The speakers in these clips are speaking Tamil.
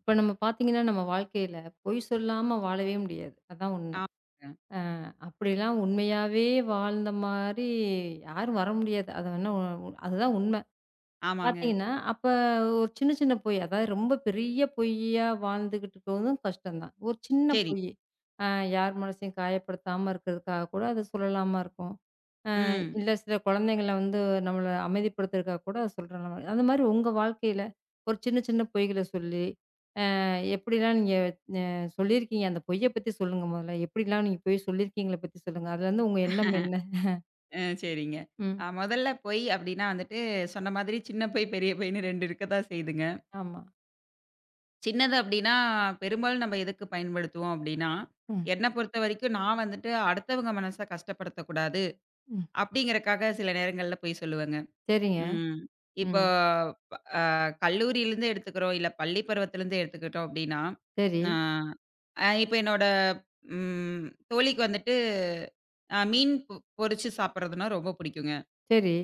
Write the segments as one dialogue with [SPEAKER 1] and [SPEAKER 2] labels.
[SPEAKER 1] இப்ப நம்ம பார்த்தீங்கன்னா, நம்ம வாழ்க்கையில பொய் சொல்லாம வாழவே முடியாது. அதான் உண்மை.
[SPEAKER 2] ஆமாங்க.
[SPEAKER 1] அ அப்படிலாம் உண்மையாவே வாழ்ந்த மாரி யாரும் வர முடியாது. அது வேணா அதுதான் உண்மை.
[SPEAKER 2] ஆமாங்க.
[SPEAKER 1] பார்த்தீங்கன்னா, அப்ப ஒரு சின்ன சின்ன பொய், அதாவது ரொம்ப பெரிய பொய்யா வாழ்ந்துகிட்டு இருக்கிறதும் கஷ்டம் தான். ஒரு சின்ன
[SPEAKER 2] சரி.
[SPEAKER 1] பொய். அ யார் மனசையும் காயப்படுத்தாம இருக்கிறதுக்காக கூட அது சொல்லலாமா இருக்கும்.
[SPEAKER 2] ம்.
[SPEAKER 1] இல்ல சில குழந்தைங்கள வந்து நம்மள அமைதிப்படுத்துறதுக்காக கூட அத சொல்றலாம். அந்த மாரி உங்க வாழ்க்கையில ஒரு சின்ன சின்ன பொய்கள சொல்லி எப்படிலாம் நீங்க அ சொல்லியிருக்கீங்க? அந்த பொய்ய பத்தி சொல்லுங்க மொதல்ல. எப்படிலாம் நீங்க பொய் சொல்லியிருக்கீங்கள பத்தி சொல்லுங்க. அதுலருந்து உங்க எண்ணம் என்ன?
[SPEAKER 2] சரிங்க.
[SPEAKER 1] ம்.
[SPEAKER 2] முதல்ல பை அப்டின்னா வந்துட்டு சொன்ன மாதிரி சின்ன பை, பெரிய பைன்னு 2 இருக்க தான் செய்யுதுங்க.
[SPEAKER 1] ஆமா.
[SPEAKER 2] சின்னது அப்டின்னா, பெரும்பாலும் நம்ம எதுக்கு பயன்படுத்துவோம் அப்டின்னா,
[SPEAKER 1] ம்,
[SPEAKER 2] என்ன பொறுத்தவரைக்கும் நான் வந்துட்டு அடுத்தவங்க மனச கஷ்டப்படுத்தக்கூடாது
[SPEAKER 1] ம்.
[SPEAKER 2] அப்டிங்கிறக்காக சில நேரங்கள்ல பொய் சொல்லுவேங்க.
[SPEAKER 1] சரிங்க.
[SPEAKER 2] ம். இப்போ
[SPEAKER 1] ம்.
[SPEAKER 2] அ கல்லூரியிலேருந்து எடுத்துக்கிறோம், இல்ல பள்ளி பருவத்திலேருந்து எடுத்துக்கிட்டோம் அப்டின்னா,
[SPEAKER 1] சரி,
[SPEAKER 2] நான் இப்ப என்னோட ம் தோழிக்கு வந்துட்டு மீன் பொரிச்சு சாப்பிடுறதுன்னா ரொம்ப பிடிக்குங்க.
[SPEAKER 1] சரி.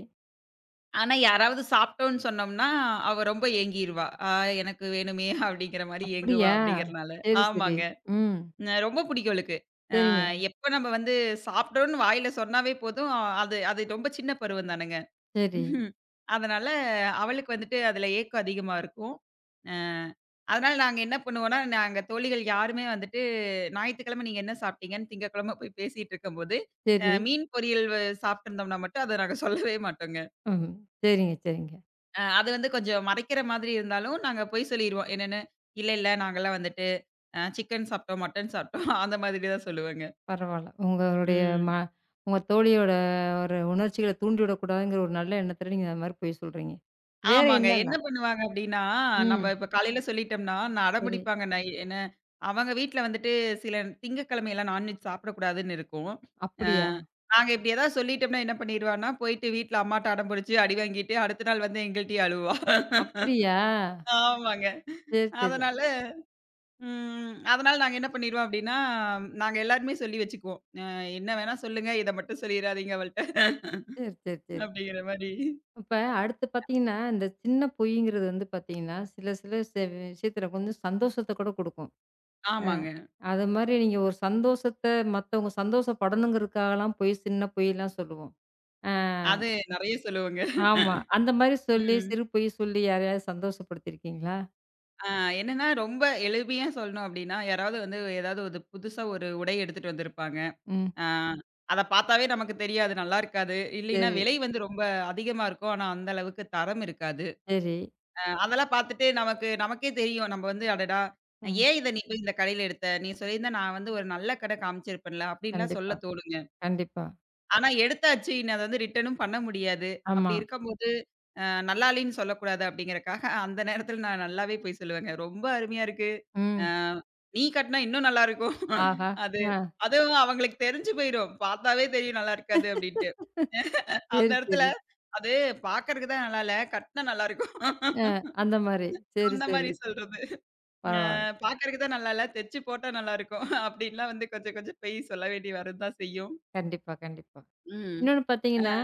[SPEAKER 2] ஆனா, யாராவது சாப்பிட்டோன்னு சொன்னோம்னா, அவ ரொம்ப ஏங்கிருவா. "ஆ எனக்கு வேணுமே" அப்படிங்கிற மாரி ஏங்குவா
[SPEAKER 1] அப்படியா?
[SPEAKER 2] அப்படிங்கிறனால.
[SPEAKER 1] சரி, சரி.
[SPEAKER 2] ஆமாங்க.
[SPEAKER 1] ம்.
[SPEAKER 2] ரொம்ப பிடிக்கும் அவளுக்கு. அ
[SPEAKER 1] சரிங்க.
[SPEAKER 2] எப்ப நம்ம வந்து சாப்பிட்டோன்னு வாயில சொன்னாவே போதும், ஆ, அது அது ரொம்ப சின்ன பருவம் தானங்க.
[SPEAKER 1] சரி,
[SPEAKER 2] ம்ஹ்ம். அதனால அவளுக்கு வந்துட்டு அதுல ஏக்கம் அதிகமா இருக்கும். அ அதனால நாங்க என்ன பண்ணுவோம்னா, நாங்க தோழிகள் யாருமே வந்துட்டு ஞாயித்துக்கிழமை நீங்க என்ன சாப்பிட்டீங்கன்னு திங்கட்கிழமை போய் பேசிட்டு இருக்கும்போது,
[SPEAKER 1] சரி.
[SPEAKER 2] மீன் பொரியல் சாப்பிட்டுருந்தோம்னா மட்டும் அத நாங்க சொல்லவே மாட்டோங்க.
[SPEAKER 1] ம். சரிங்க, சரிங்க.
[SPEAKER 2] அது வந்து கொஞ்சம் மறைக்கிற மாதிரி இருந்தாலும் நாங்க பொய் சொல்லிருவோம். என்னன்னு, இல்ல, இல்ல நாங்கலாம் வந்துட்டு சிக்கன் சாப்பிட்டோம், மட்டன் சாப்பிட்டோம் அந்த மாதிரி தான் சொல்லுவேங்க.
[SPEAKER 1] பரவால்ல. உங்களுடைய ம
[SPEAKER 2] ம்.
[SPEAKER 1] உங்க தோழியோட ஒரு உணர்ச்சிகள தூண்டிவிடக்கூடாதுங்கிற ஒரு நல்ல எண்ணத்துல நீங்க அது மாரி பொய் சொல்றீங்க. வேற
[SPEAKER 2] ஆமாங்க. என்ன
[SPEAKER 1] என்னலாம்?
[SPEAKER 2] பண்ணுவாங்க அப்டின்னா, நம்ம
[SPEAKER 1] ம்.
[SPEAKER 2] இப்ப காலையில சொல்லிட்டோம்னா, நான்
[SPEAKER 1] சரி.
[SPEAKER 2] அடம்பிடிப்பாங்க. நான் என்ன அவங்க வீட்ல வந்துட்டு சில திங்கட்கிழமைலாம் நான்வெஜ் சாப்பிடக்கூடாதுன்னு இருக்கும். அ
[SPEAKER 1] அப்படியா?
[SPEAKER 2] நாங்க இப்டி ஏதாவது சொல்லிட்டோம்னா என்ன பண்ணிருவான்னா, போயிட்டு வீட்ல அம்மாட்ட அடம்புடிச்சு அடி வாங்கிட்டு, அடுத்த நாள் வந்து எங்கள்ட்டயே அழுவா.
[SPEAKER 1] அப்படியா?
[SPEAKER 2] ஆமாங்க.
[SPEAKER 1] சரி, சரி, சரி,
[SPEAKER 2] அதனால அதனால நாங்க என்ன பண்ணிருவோம் அப்டின்னா, நாங்க எல்லாருமே சொல்லி வச்சுக்குவோம். என்ன வேணா சொல்லுங்க, இத மட்டும் சொல்லிராதீங்க அவள்ட்ட.
[SPEAKER 1] சரி, சரி.
[SPEAKER 2] அப்டிங்கிற மாரி.
[SPEAKER 1] இப்ப அடுத்து பார்த்தீங்கன்னா, இந்த சின்ன பொய்ங்கிறது வந்து பார்த்தீங்கன்னா, சில சில விஷயத்துல கொஞ்சம் சந்தோஷத்த கூட குடுக்கும். அ
[SPEAKER 2] ஆமாங்க.
[SPEAKER 1] அது மாரி நீங்க ஒரு சந்தோஷத்த மத்தவங்க சந்தோஷப்படணுங்கிறதுக்காகலாம் பொய் சின்ன பொய்லாம் சொல்லுவோம். அ
[SPEAKER 2] அது நெறைய சொல்லுவோங்க.
[SPEAKER 1] ஆமா. அந்த மாரி சொல்லி
[SPEAKER 2] ம்.
[SPEAKER 1] சிறு பொய் சொல்லி யாரையாவது சந்தோஷப்படுத்தியிருக்கீங்களா?
[SPEAKER 2] ஆ என்னன்னா, ரொம்ப எளிமையா சொல்லணும் அப்டின்னா, யாராவது வந்து ஏதாவது ஒரு புதுசா ஒரு உடை எடுத்துட்டு வந்திருப்பாங்க.
[SPEAKER 1] ம்.
[SPEAKER 2] ஆ அத பார்த்தாவே நமக்கு தெரியாது. நல்லா இருக்காது. இல்லைன்னா
[SPEAKER 1] சரி,
[SPEAKER 2] விலை வந்து ரொம்ப அதிகமா இருக்கும். ஆனா, அந்த அளவுக்கு தரம் இருக்காது.
[SPEAKER 1] சரி.
[SPEAKER 2] அதெல்லாம் பார்த்துட்டு நமக்கு நமக்கே தெரியும். நம்ம வந்து அடடா!
[SPEAKER 1] ம்.
[SPEAKER 2] ஏன் இத நீ போய் இந்த கடையில எடுத்த? நீ சொல்லியிருந்தா நான் வந்து ஒரு நல்ல கடை காமிச்சிருப்பேன்ல. அப்டின்லாம்
[SPEAKER 1] கண்டிப்பா,
[SPEAKER 2] சொல்ல தோணுங்க.
[SPEAKER 1] கண்டிப்பா.
[SPEAKER 2] ஆனா, எடுத்தாச்சு. இனி அத வந்து ரிட்டர்னும் பண்ண முடியாது.
[SPEAKER 1] ஆமா.
[SPEAKER 2] அப்டி இருக்கும்போது, அ நல்லா இல்லைன்னு சொல்லக்கூடாது அப்டிங்கிறக்காக, அந்த நேரத்தில நான் நல்லாவே போய் சொல்லுவேங்க. ரொம்ப அருமையா இருக்கு. ஆ
[SPEAKER 1] ம்.
[SPEAKER 2] நீ கட்னா இன்னும் நல்லா இருக்கும்.
[SPEAKER 1] ஆஹா!
[SPEAKER 2] அது
[SPEAKER 1] ஆ.
[SPEAKER 2] அதுவும் அவங்களுக்கு தெரிஞ்சு போயிரும். பார்த்தாவே தெரியும் நல்லா இருக்காது அப்டின்ட்டு. அந்த
[SPEAKER 1] சரி,
[SPEAKER 2] இடத்துல
[SPEAKER 1] சரி.
[SPEAKER 2] அது பார்க்கறக்கு தான் நல்லா இல்ல. கட்னா நல்லா இருக்கும்.
[SPEAKER 1] அ அந்த மாரி. சரி,
[SPEAKER 2] அந்த
[SPEAKER 1] சரி.
[SPEAKER 2] மாரி சொல்றது. அ
[SPEAKER 1] பரவால்ல.
[SPEAKER 2] பார்க்கறக்கு தான் நல்லா இல்ல. தெச்சு போட்டா நல்லா இருக்கும். அப்டின்லாம் வந்து கொஞ்சம் கொஞ்சம் பொய் சொல்ல வேண்டி வரது தான் செய்யும்.
[SPEAKER 1] கண்டிப்பா, கண்டிப்பா.
[SPEAKER 2] ம்.
[SPEAKER 1] இன்னொன்னு
[SPEAKER 2] அ
[SPEAKER 1] பார்த்தீங்கன்னா,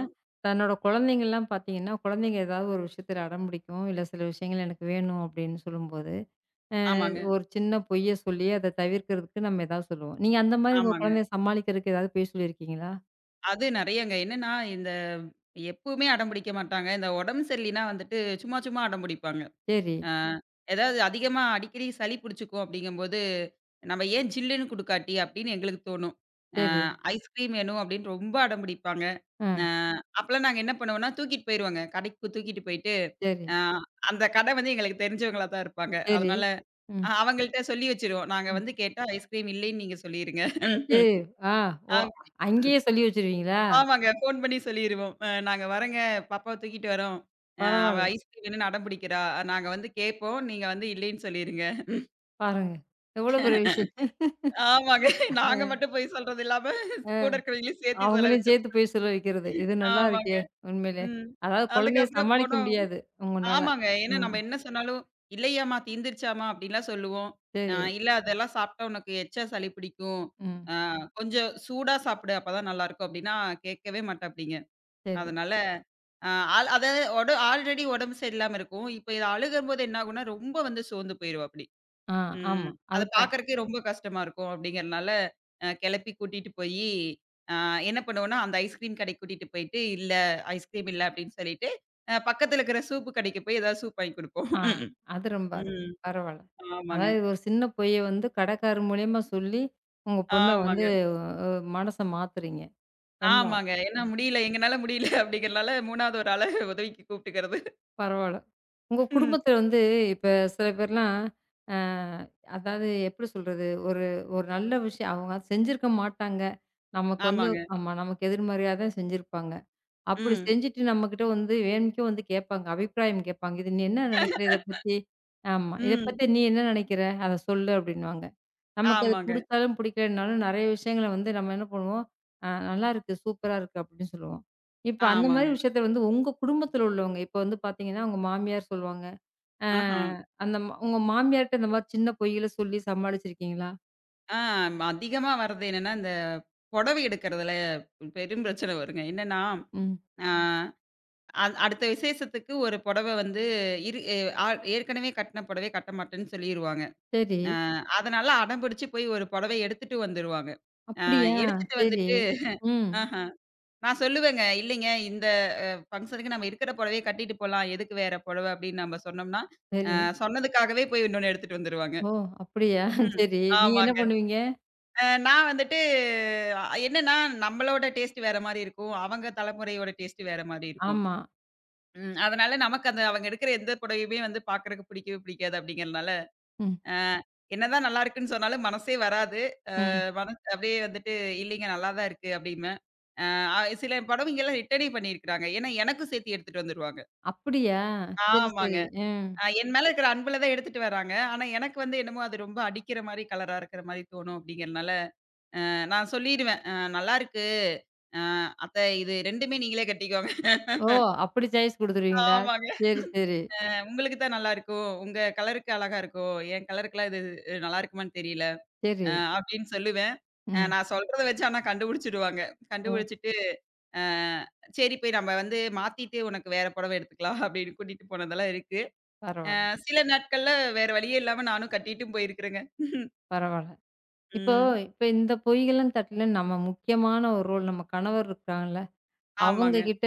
[SPEAKER 1] தன்னோட குழந்தைங்கலாம் பார்த்தீங்கன்னா, குழந்தைங்க ஏதாவது ஒரு விஷயத்துல அடம்பிடிக்கும். இல்ல சில விஷயங்கள் எனக்கு வேணும் அப்படின்னு சொல்லும்போது,
[SPEAKER 2] ஆமாங்க,
[SPEAKER 1] ஒரு சின்ன பொய்ய சொல்லி அத தவிர்க்கிறதுக்கு நம்ம ஏதாவது சொல்லுவோம். நீங்க அந்த மாரி உங்க
[SPEAKER 2] ஆமாங்க.
[SPEAKER 1] குழந்தைய சமாளிக்கிறதுக்கு ஏதாவது பொய் சொல்லியிருக்கீங்களா?
[SPEAKER 2] அது நெறையங்க. என்னன்னா இந்த எப்பவுமே அடம் பிடிக்க மாட்டாங்க. இந்த உடம்பு சரியில்லைன்னா வந்துட்டு சும்மா சும்மா அடம் பிடிப்பாங்க.
[SPEAKER 1] சரி,
[SPEAKER 2] ஆ, ஏதாவது அதிகமா அடிக்கடி சளி பிடிச்சுக்கும் அப்படிங்கும்போது, நம்ம ஏன் ஜில்லுன்னு குடுக்காட்டி அப்படின்னு எங்களுக்கு தோணும். அ
[SPEAKER 1] சரி,
[SPEAKER 2] ஐஸ்கிரீம் வேணும் அப்படின்னு ரொம்ப அடம் பிடிப்பாங்க.
[SPEAKER 1] ஆ,
[SPEAKER 2] அ அப்பலாம் நாங்க என்ன பண்ணுவோம்னா, தூக்கிட்டு போயிருவோங்க. கடைக்கு தூக்கிட்டு போயிட்டு,
[SPEAKER 1] சரி,
[SPEAKER 2] அ அந்த கடை வந்து எங்களுக்கு தெரிஞ்சவங்களா தான் இருப்பாங்க.
[SPEAKER 1] சரி,
[SPEAKER 2] அதனால
[SPEAKER 1] ம்,
[SPEAKER 2] அவங்கள்ட்ட சொல்லி வச்சுருவோம். நாங்க
[SPEAKER 1] ம்.
[SPEAKER 2] வந்து கேட்டா ஐஸ்கிரீம் இல்லைன்னு நீங்க சொல்லிருங்க.
[SPEAKER 1] சரி, ஆ, ஓ!
[SPEAKER 2] அப்படி
[SPEAKER 1] அங்கேயே சொல்லி வச்சுருவீங்களா?
[SPEAKER 2] ஆமாங்க. ஃபோன் பண்ணி சொல்லிருவோம். நாங்க வர்றோங்க, பாப்பாவ தூக்கிட்டு வர்றோம். அ அவ
[SPEAKER 1] பரவால்ல.
[SPEAKER 2] ஐஸ்கிரீம் வேணும்னு அடம் பிடிக்கிறா. நாங்க வந்து கேட்போம். நீங்க வந்து இல்லைன்னு சொல்லிருங்க.
[SPEAKER 1] பாருங்க. எவ்வளோ பெரிய விஷயம்.
[SPEAKER 2] ஆமாங்க. நாங்க மட்டும் போய் சொல்றது இல்லாம, கூட இருக்கிறவைங்களையும் சேர்த்து
[SPEAKER 1] அவங்களையும்
[SPEAKER 2] செலவிச்சுரும்.
[SPEAKER 1] சேர்த்து போய் சொல்ல வைக்கிறது. இது நல்லா
[SPEAKER 2] ஆமாங்க.
[SPEAKER 1] இருக்கே! உண்மையிலே.
[SPEAKER 2] ம்.
[SPEAKER 1] அதாவது குழந்தைய
[SPEAKER 2] அதுக்கப்புறம்
[SPEAKER 1] சமாளிக்க
[SPEAKER 2] போனோம்
[SPEAKER 1] முடியாது உங்கனால.
[SPEAKER 2] ஆமாங்க. ஏன்னா
[SPEAKER 1] ம்.
[SPEAKER 2] நம்ம என்ன சொன்னாலும், "இல்லையாம்மா, தீந்துருச்சாம்மா" அப்படின்லாம் சொல்லுவோம்.
[SPEAKER 1] சரி.
[SPEAKER 2] "இல்ல அதெல்லாம் சாப்பிட்டா உனக்கு எச்சா சளி பிடிக்கும்.
[SPEAKER 1] ம்.
[SPEAKER 2] அ கொஞ்சம் சூடா சாப்பிடு. அப்பதான் நல்லாயிருக்கும்" அப்படின்னா கேட்கவே மாட்டாப்டிங்க.
[SPEAKER 1] சரி.
[SPEAKER 2] அதனால அ ஆல் அதாவது ஒட ஆல்ரெடி உடம்பு சரியில்லாம இருக்கும். இப்ப இது அழுகும்போது என்ன ஆகும்னா, ரொம்ப வந்து சோர்ந்து போயிருவாப்டி.
[SPEAKER 1] ஆ ஆமா.
[SPEAKER 2] ம். அத
[SPEAKER 1] அதுக்கா
[SPEAKER 2] பார்க்கறக்கே ரொம்ப கஷ்டமா இருக்கும் அப்படிங்கிறனால, கெளப்பி கூட்டிட்டு போயி, அ என்ன பண்ணுவோம்னா, அந்த ஐஸ்கிரீம் கடைக்கு கூட்டிட்டு போயிட்டு, "இல்ல ஐஸ்கிரீம் இல்ல" அப்படின்னு சொல்லிட்டு, பக்கத்துல இருக்கிற சூப்பு கடைக்கு போய் ஏதாவது சூப் வாங்கி குடுப்போம்.
[SPEAKER 1] ஆ அது ரொம்ப அருமை.
[SPEAKER 2] ம்.
[SPEAKER 1] பரவால்ல.
[SPEAKER 2] ஆமாங்க,
[SPEAKER 1] அதாவது ஒரு சின்ன பொய்ய வந்து கடைக்காரர் மூலியமா சொல்லி, உங்க பொண்ண வந்து
[SPEAKER 2] ஆமாங்க,
[SPEAKER 1] அ மனச மாத்துறீங்க. ரொம்ப
[SPEAKER 2] ஆமாங்க. ஏன்னா முடியல, எங்கனால முடியல அப்படிங்கிறனால 3வது ஒரு ஆள உதவிக்கு கூப்பிட்டுக்கிறது.
[SPEAKER 1] பரவால்ல. உங்க
[SPEAKER 2] ம்.
[SPEAKER 1] குடும்பத்துல வந்து இப்ப சில பேர்லாம் அ அதாவது எப்படி சொல்றது? ஒரு ஒரு நல்ல விஷயம் அவங்க செஞ்சிருக்க மாட்டாங்க. நமக்கு வந்து
[SPEAKER 2] ஆமாங்க.
[SPEAKER 1] ஆமா. நமக்கு எதிர்மறையா தான் செஞ்சிருப்பாங்க. அப்படி
[SPEAKER 2] ம்,
[SPEAKER 1] செஞ்சுட்டு நம்மகிட்ட வந்து வேணும்க்கே வந்து கேட்பாங்க. அபிப்பிராயம் கேட்பாங்க. இது நீ என்ன நினைக்கிற இத பத்தி? ஆமா. இத
[SPEAKER 2] ம்.
[SPEAKER 1] பத்தி நீ என்ன நினைக்கிற? அத சொல்லு அப்படின்னுவாங்க. நமக்கு அது
[SPEAKER 2] ஆமாங்க,
[SPEAKER 1] புடிச்சாலும், புடிக்கலனாலும் நெறைய விஷயங்கள வந்து நம்ம என்ன பண்ணுவோம், "நல்லாருக்கு, சூப்பரா இருக்கு" அப்படின்னு சொல்லுவோம். இப்ப அந்த மாரி
[SPEAKER 2] ஆமாங்க.
[SPEAKER 1] விஷயத்த வந்து உங்க குடும்பத்துல உள்ளவங்க, இப்ப வந்து பாத்தீங்கன்னா, உங்க மாமியார் சொல்லுவாங்க. அ
[SPEAKER 2] ஆஹா.
[SPEAKER 1] அந்த உங்க மாமியார்ட்ட இந்த மாரி சின்ன பொய்கள சொல்லி சமாளிச்சிருக்கீங்களா?
[SPEAKER 2] ஆ அதிகமா வர்றது என்னன்னா, இந்த புடவை எடுக்கிறதுல பெரும் பிரச்சனை வருங்க. என்னன்னா
[SPEAKER 1] ம்.
[SPEAKER 2] ஆ அத் அடுத்த விசேஷத்துக்கு ஒரு புடவ வந்து இரு எ ஆ ஏற்கனவே கட்டின புடவைய கட்ட மாட்டேன்னு சொல்லிருவாங்க.
[SPEAKER 1] சரி.
[SPEAKER 2] அ அதனால அடம் பிடிச்சு போய் ஒரு புடவைய எடுத்துட்டு வந்துருவாங்க. அ
[SPEAKER 1] அப்படியா?
[SPEAKER 2] எடுத்துட்டு
[SPEAKER 1] சரி.
[SPEAKER 2] வந்துட்டு
[SPEAKER 1] ம்.
[SPEAKER 2] ஆஹ நான் சொல்லுவேங்க, "இல்லைங்க இந்த ஃபங்ஷனுக்கு நம்ம இருக்கிற புடவைய கட்டிட்டு போலாம். எதுக்கு வேற புடவ?" அப்படின்னு நம்ம சொன்னோம்னா, அ
[SPEAKER 1] சரி.
[SPEAKER 2] சொன்னதுக்காகவே போய் இன்னொன்னு எடுத்துட்டு வந்துருவாங்க.
[SPEAKER 1] ஓ! அப்படியா?
[SPEAKER 2] ம்.
[SPEAKER 1] சரி. நீங்க என்ன
[SPEAKER 2] ஆமாங்க.
[SPEAKER 1] பண்ணுவீங்க?
[SPEAKER 2] நான் வந்துட்டு என்னன்னா, நம்மளோட டேஸ்ட் வேற மாரி இருக்கும். அவங்க தலைமுறையோட டேஸ்ட் வேற மாரி இருக்கும்.
[SPEAKER 1] ஆமா.
[SPEAKER 2] ம். அதனால நமக்கு அந்த அவங்க எடுக்கிற எந்த புடவையுமே வந்து பார்க்கறக்கு பிடிக்கவே பிடிக்காது அப்படிங்கிறனால,
[SPEAKER 1] ம்,
[SPEAKER 2] அ என்னதான் நல்லா இருக்குன்னு சொன்னாலும் மனசே வராது.
[SPEAKER 1] ம்.
[SPEAKER 2] மனசு அப்படியே வந்துட்டு இல்லைங்க நல்லா தான் இருக்கு அப்படிம்பேன். அ சில புடவைங்கலாம் ரிட்டர்னே பண்ணியிருக்கிறாங்க. ஏன்னா எனக்கும் சேர்த்து எடுத்துட்டு வந்துருவாங்க.
[SPEAKER 1] அப்படியா? சரி,
[SPEAKER 2] ஆமாங்க.
[SPEAKER 1] சரி. ம்.
[SPEAKER 2] என் மேல இருக்கிற அன்புல தான் எடுத்துட்டு வராங்க. ஆனா எனக்கு வந்து என்னமோ அது ரொம்ப அடிக்கிற மாரி கலரா இருக்கிற மாரி தோணும் அப்படிங்கிறனால, நான் சொல்லிருவேன். நல்லா இருக்கு. அ அத்தை இது 2மே நீங்களே கட்டிக்கோங்க."
[SPEAKER 1] ஓ! அப்படி சாய்ஸ் குடுத்துருவீங்களா?
[SPEAKER 2] ஆமாங்க.
[SPEAKER 1] சரி, சரி,
[SPEAKER 2] உங்களுக்கு தான் நல்லா இருக்கும். உங்க கலருக்கு அழகா இருக்கும். என் கலருக்குலாம் இது இது நல்லா இருக்குமான்னு தெரியல.
[SPEAKER 1] சரி.
[SPEAKER 2] அ அப்படின்னு சொல்லுவேன்.
[SPEAKER 1] ம்.
[SPEAKER 2] நான் சொல்றத வச்சு ஆனா கண்டுபிடிச்சுடுவாங்க.
[SPEAKER 1] ஓ!
[SPEAKER 2] கண்டுபிடிச்சுட்டு, அ சரி போய் நம்ம வந்து மாத்திட்டு உனக்கு வேற புடவ எடுத்துக்கலாம் அப்படின்னு கூட்டிட்டு போனதெல்லாம் இருக்கு.
[SPEAKER 1] பரவால்ல,
[SPEAKER 2] சில நாட்கள்ல வேற வழியே இல்லாம நானும் கட்டிட்டும் போயிருக்கிறேங்க.
[SPEAKER 1] பரவால்ல. இப்போ
[SPEAKER 2] ம்.
[SPEAKER 1] இப்ப இந்த பொய்கள்லாம் தட்டில நம்ம முக்கியமான ஒரு ரோல் நம்ம கணவர் இருக்காங்கல்ல, அவங்க
[SPEAKER 2] ஆமாங்க.
[SPEAKER 1] கிட்ட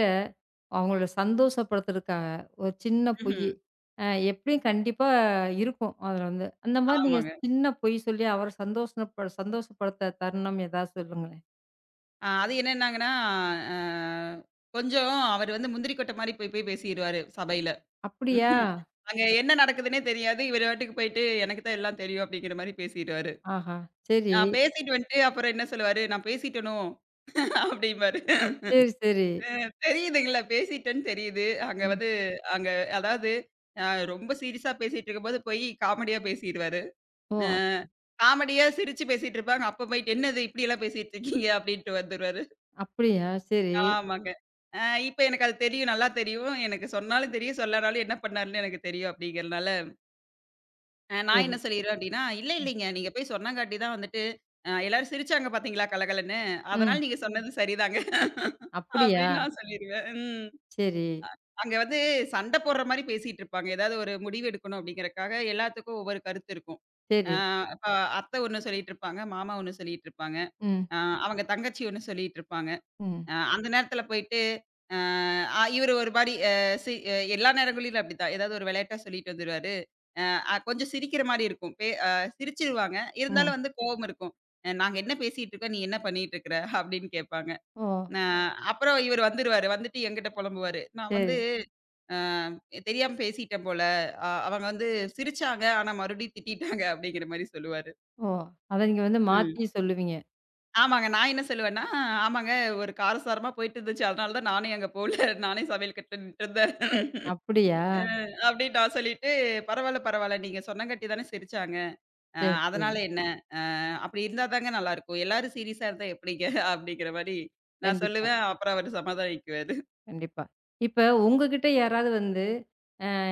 [SPEAKER 1] அவங்கள சந்தோஷப்படுத்துறதுக்காக ஒரு சின்ன பொய்,
[SPEAKER 2] ம்ஹ்ம்.
[SPEAKER 1] அ எப்படியும் கண்டிப்பா இருக்கும் அதுல வந்து. அந்த மாரி நீங்க
[SPEAKER 2] ஆமாங்க.
[SPEAKER 1] சின்ன பொய் சொல்லி அவர சந்தோஷப்படுத்த தருணம் ஏதாவது சொல்லுங்களேன்.
[SPEAKER 2] அது என்னன்னாங்கன்னா, அ கொஞ்சம் அவரு வந்து முந்திரி கொட்டை மாரி போய் போய் பேசிருவாரு சபையில.
[SPEAKER 1] அப்படியா?
[SPEAKER 2] ம்ஹ்ம். அங்க என்ன நடக்குதுன்னே தெரியாது. இவரு பாட்டுக்கு போயிட்டு, "எனக்கு தான் எல்லாம் தெரியும்." அப்படிங்கிற மாரி பேசிருவாரு.
[SPEAKER 1] ஆஹா! சரி,
[SPEAKER 2] பேசிட்டு வந்துட்டு அப்புறம் என்ன சொல்லுவாரு, "நான் பேசிட்டேனோ" அப்படிம்பாரு.
[SPEAKER 1] சரி, சரி.
[SPEAKER 2] அ தெரியுதுங்கல்ல, பேசிட்டேன்னு தெரியுது. அங்க
[SPEAKER 1] ம்.
[SPEAKER 2] வந்து அங்க அதாவது அ ரொம்ப சீரியஸா பேசிட்டு இருக்கும்போது போய் காமெடியா பேசிருவாரு.
[SPEAKER 1] ஓ!
[SPEAKER 2] அ காமெடியா சிரிச்சு பேசிட்டு இருப்பாங்க. அப்ப போயிட்டு, "என்னது இப்படியெல்லாம் பேசிட்டு இருக்கீங்க?" அப்படின்ட்டு வந்துருவாரு.
[SPEAKER 1] அப்படியா? சரி,
[SPEAKER 2] ஆமாங்க. "அ இப்ப எனக்கு அது தெரியும், நல்லா தெரியும். எனக்கு சொன்னாலும் தெரியும், சொல்லனாலும் என்ன பண்ணாருன்னு எனக்கு தெரியும்." அப்படிங்கிறனால
[SPEAKER 1] சரி.
[SPEAKER 2] நான் என்ன சொல்லிருவேன் அப்டின்னா, "இல்ல இல்லைங்க. நீங்க போய் சொன்னங்காட்டி தான் வந்துட்டு, எல்லாரும் சிரிச்சாங்க பார்த்தீங்களா கலகலன்னு. அதனால
[SPEAKER 1] ம்.
[SPEAKER 2] நீங்க சொன்னது சரிதாங்க."
[SPEAKER 1] அப்படியா?
[SPEAKER 2] அப்டின்னு நான் சொல்லிருவேன். ம்.
[SPEAKER 1] சரி,
[SPEAKER 2] அங்க வந்து சண்ட போடுற மாரி பேசிட்டு இருப்பாங்க. ஏதாவது ஒரு முடிவு எடுக்கணும் அப்டிங்கிறக்காக எல்லாத்துக்கும் ஒவ்வொரு கருத்து இருக்கும். அ
[SPEAKER 1] சரி.
[SPEAKER 2] இப்ப அத்தை ஒண்ணு சொல்லிட்டு இருப்பாங்க, மாமா ஒண்ணு சொல்லிட்டு இருப்பாங்க.
[SPEAKER 1] ம்,
[SPEAKER 2] அ அவங்க தங்கச்சி ஒண்ணு சொல்லிட்டு இருப்பாங்க.
[SPEAKER 1] ம்,
[SPEAKER 2] அந்த நேரத்துல போயிட்டு, அ அ இவரு ஒரு மாரி அ சி அ எல்லா நேரங்களிலும் அப்படித்தான். ஏதாவது ஒரு விளையாட்டா சொல்லிட்டு வந்துருவாரு. அ அ கொஞ்சம் சிரிக்கிற மாரி இருக்கும். பே அ சிரிச்சுருவாங்க.
[SPEAKER 1] ம்.
[SPEAKER 2] இருந்தாலும் வந்து கோவம் இருக்கும். "நாங்க என்ன பேசிட்டு இருக்கோம், நீ என்ன பண்ணிட்டு இருக்கிற?" அப்படின்னு கேட்பாங்க.
[SPEAKER 1] ஓ!
[SPEAKER 2] அ அப்புறம் இவரு வந்துருவாரு. வந்துட்டு என்கிட்ட புலம்புவாரு. "நான் வந்து
[SPEAKER 1] சரி.
[SPEAKER 2] அ தெரியாம பேசிட்டேன் போல. அவங்க வந்து சிரிச்சாங்க, ஆனா மறுபடியும் திட்டிட்டாங்க" அப்படிங்கிற மாரி சொல்லுவாரு.
[SPEAKER 1] ஓ! அத நீங்க வந்து மாத்தி சொல்லுவீங்க.
[SPEAKER 2] ஆமாங்க. நான் என்ன சொல்லுவேன்னா, ஆமாங்க ஒரு காரசாரமா போயிட்டு இருந்துச்சு. அதனால தான் நானே அங்க போல. நானே சமையல் கட்டுல நின்னுட்டுருந்தேன்.
[SPEAKER 1] அப்படியா?
[SPEAKER 2] அ அப்படின்னு நான் சொல்லிட்டு, பரவால்ல, பரவால்ல. நீங்க சொன்னங்காட்டி தானே சிரிச்சாங்க. அ
[SPEAKER 1] சரி, சரி.
[SPEAKER 2] அதனால என்ன? அப்படி இருந்தா தாங்க நல்லாருக்கும். எல்லாரும் சீரியஸா இருந்தா எப்படிங்க? அப்படிங்கிற மாரி நான்
[SPEAKER 1] கண்டிப்பா,
[SPEAKER 2] சொல்லுவேன். அப்புறம் அவரு சமாதானிக்குவாரு.
[SPEAKER 1] கண்டிப்பா. இப்ப உங்ககிட்ட யாராவது வந்து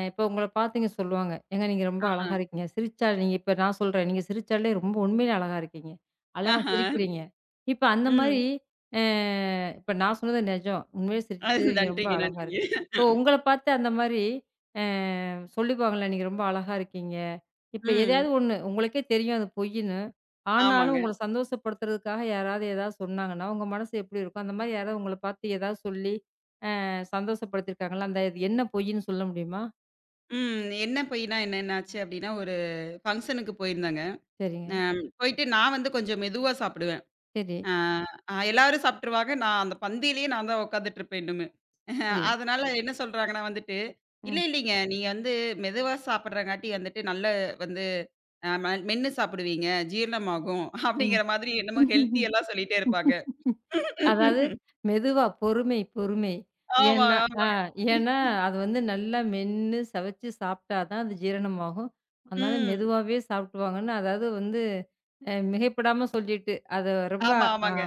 [SPEAKER 1] இப்போ உங்கள பாத்தீங்க சொல்லுவாங்க. "ஏங்க நீங்க ரொம்ப அழகா
[SPEAKER 2] ஆ.
[SPEAKER 1] இருக்கீங்க. சிரிச்சா நீங்க இப்ப நான் சொல்றேன். நீங்க சிரிச்சாலே ரொம்ப உண்மையிலே அழகா இருக்கீங்க. அழகா
[SPEAKER 2] ஆஹா.
[SPEAKER 1] சிரிக்கிறீங்க." இப்ப அந்த மாரி
[SPEAKER 2] ம்.
[SPEAKER 1] அ இப்ப நான் சொன்னது நெஜம். உண்மையிலே சிரிச்சது
[SPEAKER 2] அது
[SPEAKER 1] நீங்க ரொம்ப
[SPEAKER 2] நன்றிங்க,
[SPEAKER 1] அழகா
[SPEAKER 2] நன்றிங்க.
[SPEAKER 1] இருக்கு. இப்போ உங்கள பாத்து அந்த மாரி அ சொல்லிக்குவாங்கல்ல, "நீங்க ரொம்ப அழகா இருக்கீங்க." இப்ப
[SPEAKER 2] ம்.
[SPEAKER 1] எதையாவது ஒண்ணு உங்களுக்கே தெரியும் அது பொய்யின்னு. ஆனாலும்
[SPEAKER 2] ஆமாங்க.
[SPEAKER 1] உங்கள சந்தோஷப்படுத்துறதுக்காக யாராவது ஏதாவது சொன்னாங்கன்னா, உங்க மனசு எப்படி இருக்கும்? அந்த மாரி யாராவது உங்கள பாத்து ஏதாவது சொல்லி சந்தோஷப்படுத்தியிருக்காங்களா? அந்த இது என்ன பொய்யின்னு சொல்ல முடியுமா?
[SPEAKER 2] ம். என்ன போய்னா என்ன என்னாச்சு அப்படின்னா, ஒரு ஃபங்ஷனுக்கு போயிருந்தேங்க. அ
[SPEAKER 1] சரிங்க.
[SPEAKER 2] போயிட்டு நான் வந்து கொஞ்சம் மெதுவா சாப்பிடுவேன்.
[SPEAKER 1] சரி,
[SPEAKER 2] ஆ, எல்லாரும் சாப்ட்டுருவாங்க. நான் அந்த பந்தியிலேயே நான் தான் உட்காந்துட்டுருப்பேன் இன்னுமே.
[SPEAKER 1] சரி.
[SPEAKER 2] அதனால என்ன சொல்றாங்கன்னா வந்துட்டு, "இல்ல
[SPEAKER 1] ம்,
[SPEAKER 2] இல்லைங்க. நீங்க வந்து மெதுவா சாப்பிடுறங்காட்டி வந்துட்டு நல்ல வந்து அ ம மென்னு சாப்பிடுவீங்க. ஜீரணமாகும்."
[SPEAKER 1] ம்.
[SPEAKER 2] அப்படிங்கிற மாதிரி என்னமோ ஹெல்த்தி எல்லாம் சொல்லிட்டே இருப்பாங்க.
[SPEAKER 1] அதாவது மெதுவா பொறுமை, பொறுமை.
[SPEAKER 2] ஆமா,
[SPEAKER 1] ஏன்னா ஆ
[SPEAKER 2] ஆமாங்க.
[SPEAKER 1] ஏன்னா அது வந்து நல்லா மென்னு சவச்சு சாப்பிட்டா தான் அது ஜீரணமாகும். அதனால
[SPEAKER 2] ம்.
[SPEAKER 1] மெதுவாவே சாப்பிட்டுவாங்கன்னு அதாவது வந்து மிகைப்படாம சொல்லிட்டு, அத ரொம்ப
[SPEAKER 2] ஆமா,
[SPEAKER 1] ஆ
[SPEAKER 2] ஆமாங்க.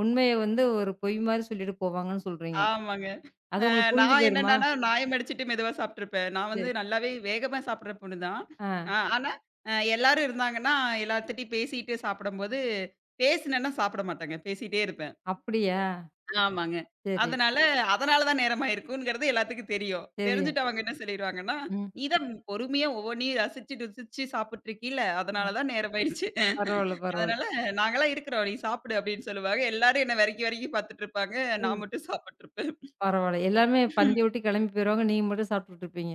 [SPEAKER 1] உண்மைய வந்து ஒரு பொய் மாரி சொல்லிட்டு போவாங்கன்னு சொல்றீங்க.
[SPEAKER 2] ஆமாங்க.
[SPEAKER 1] அது
[SPEAKER 2] அ
[SPEAKER 1] உங்களுக்கு புரிஞ்சு
[SPEAKER 2] நான்
[SPEAKER 1] போயிருமா?
[SPEAKER 2] என்னன்னனா, நாயம் அடிச்சுட்டு மெதுவா சாப்பிட்டுருப்பேன். நான்
[SPEAKER 1] சரி.
[SPEAKER 2] வந்து நல்லாவே வேகமா சாப்பிடுற பொண்ணு தான்.
[SPEAKER 1] ஆ
[SPEAKER 2] ஆனா, எல்லாரும் இருந்தாங்கன்னா, எல்லாத்துட்டயும் பேசிட்டு சாப்பிடும்போது, பேசினேன்னா சாப்பிட மாட்டேங்க. பேசிட்டே இருப்பேன்.
[SPEAKER 1] அப்படியா?
[SPEAKER 2] ஆமாங்க.
[SPEAKER 1] சரி,
[SPEAKER 2] அதனால, அதனால தான் நேரமாயிருக்குங்கிறது எல்லாத்துக்கும் தெரியும்.
[SPEAKER 1] சரி.
[SPEAKER 2] தெரிஞ்சுட்டு அவங்க என்ன சொல்லிருவாங்கன்னா,
[SPEAKER 1] ம்.
[SPEAKER 2] "நீ தான் பொறுமையா ஒவ்வொன்னையும் ரசிச்சு ருசிச்சு சாப்பிட்டுருக்கீல,
[SPEAKER 1] அ
[SPEAKER 2] அதனால தான் நேரமாயிடுச்சு.
[SPEAKER 1] பரவால்ல, பரவால்ல.
[SPEAKER 2] அதனால நாங்கலாம் இருக்கிறோம். நீ சாப்பிடு" அப்படின்னு சொல்லுவாங்க. எல்லாரும் என்ன வெறக்கி வெறக்கி பார்த்துட்டுருப்பாங்க. நான் மட்டும் சாப்பிட்டுருப்பேன்.
[SPEAKER 1] பரவால்ல. எல்லாருமே பந்தி விட்டு கிளம்பி போயிருவாங்க. நீங்க மட்டும் சாப்பிட்டுட்டு இருப்பீங்க.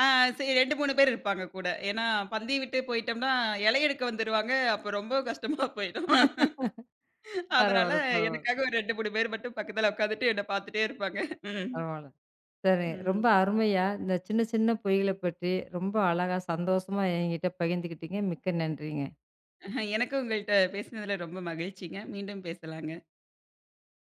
[SPEAKER 2] ஆ சரி 2, 3 பேர் இருப்பாங்க கூட. ஏன்னா பந்தய விட்டு போயிட்டோம்னா, இலை எடுக்க வந்துருவாங்க. அப்ப ரொம்ப கஷ்டமா போயிடும். அதனால
[SPEAKER 1] பரவால்ல, பரவால்ல,
[SPEAKER 2] எனக்காக ஒரு 2, 3 பேர் மட்டும் பக்கத்துல உட்காந்துட்டு என்ன பார்த்துட்டே இருப்பாங்க. ம்.
[SPEAKER 1] பரவால்ல. சரி.
[SPEAKER 2] ம்.
[SPEAKER 1] ரொம்ப அருமையா இந்த சின்ன சின்ன பொய்கள பற்றி ரொம்ப அழகா சந்தோஷமா என்கிட்ட பகிர்ந்துக்கிட்டீங்க. மிக்க நன்றிங்க.
[SPEAKER 2] எனக்கும் உங்கள்ட்ட பேசினதுல ரொம்ப மகிழ்ச்சிங்க. மீண்டும் பேசலாங்க.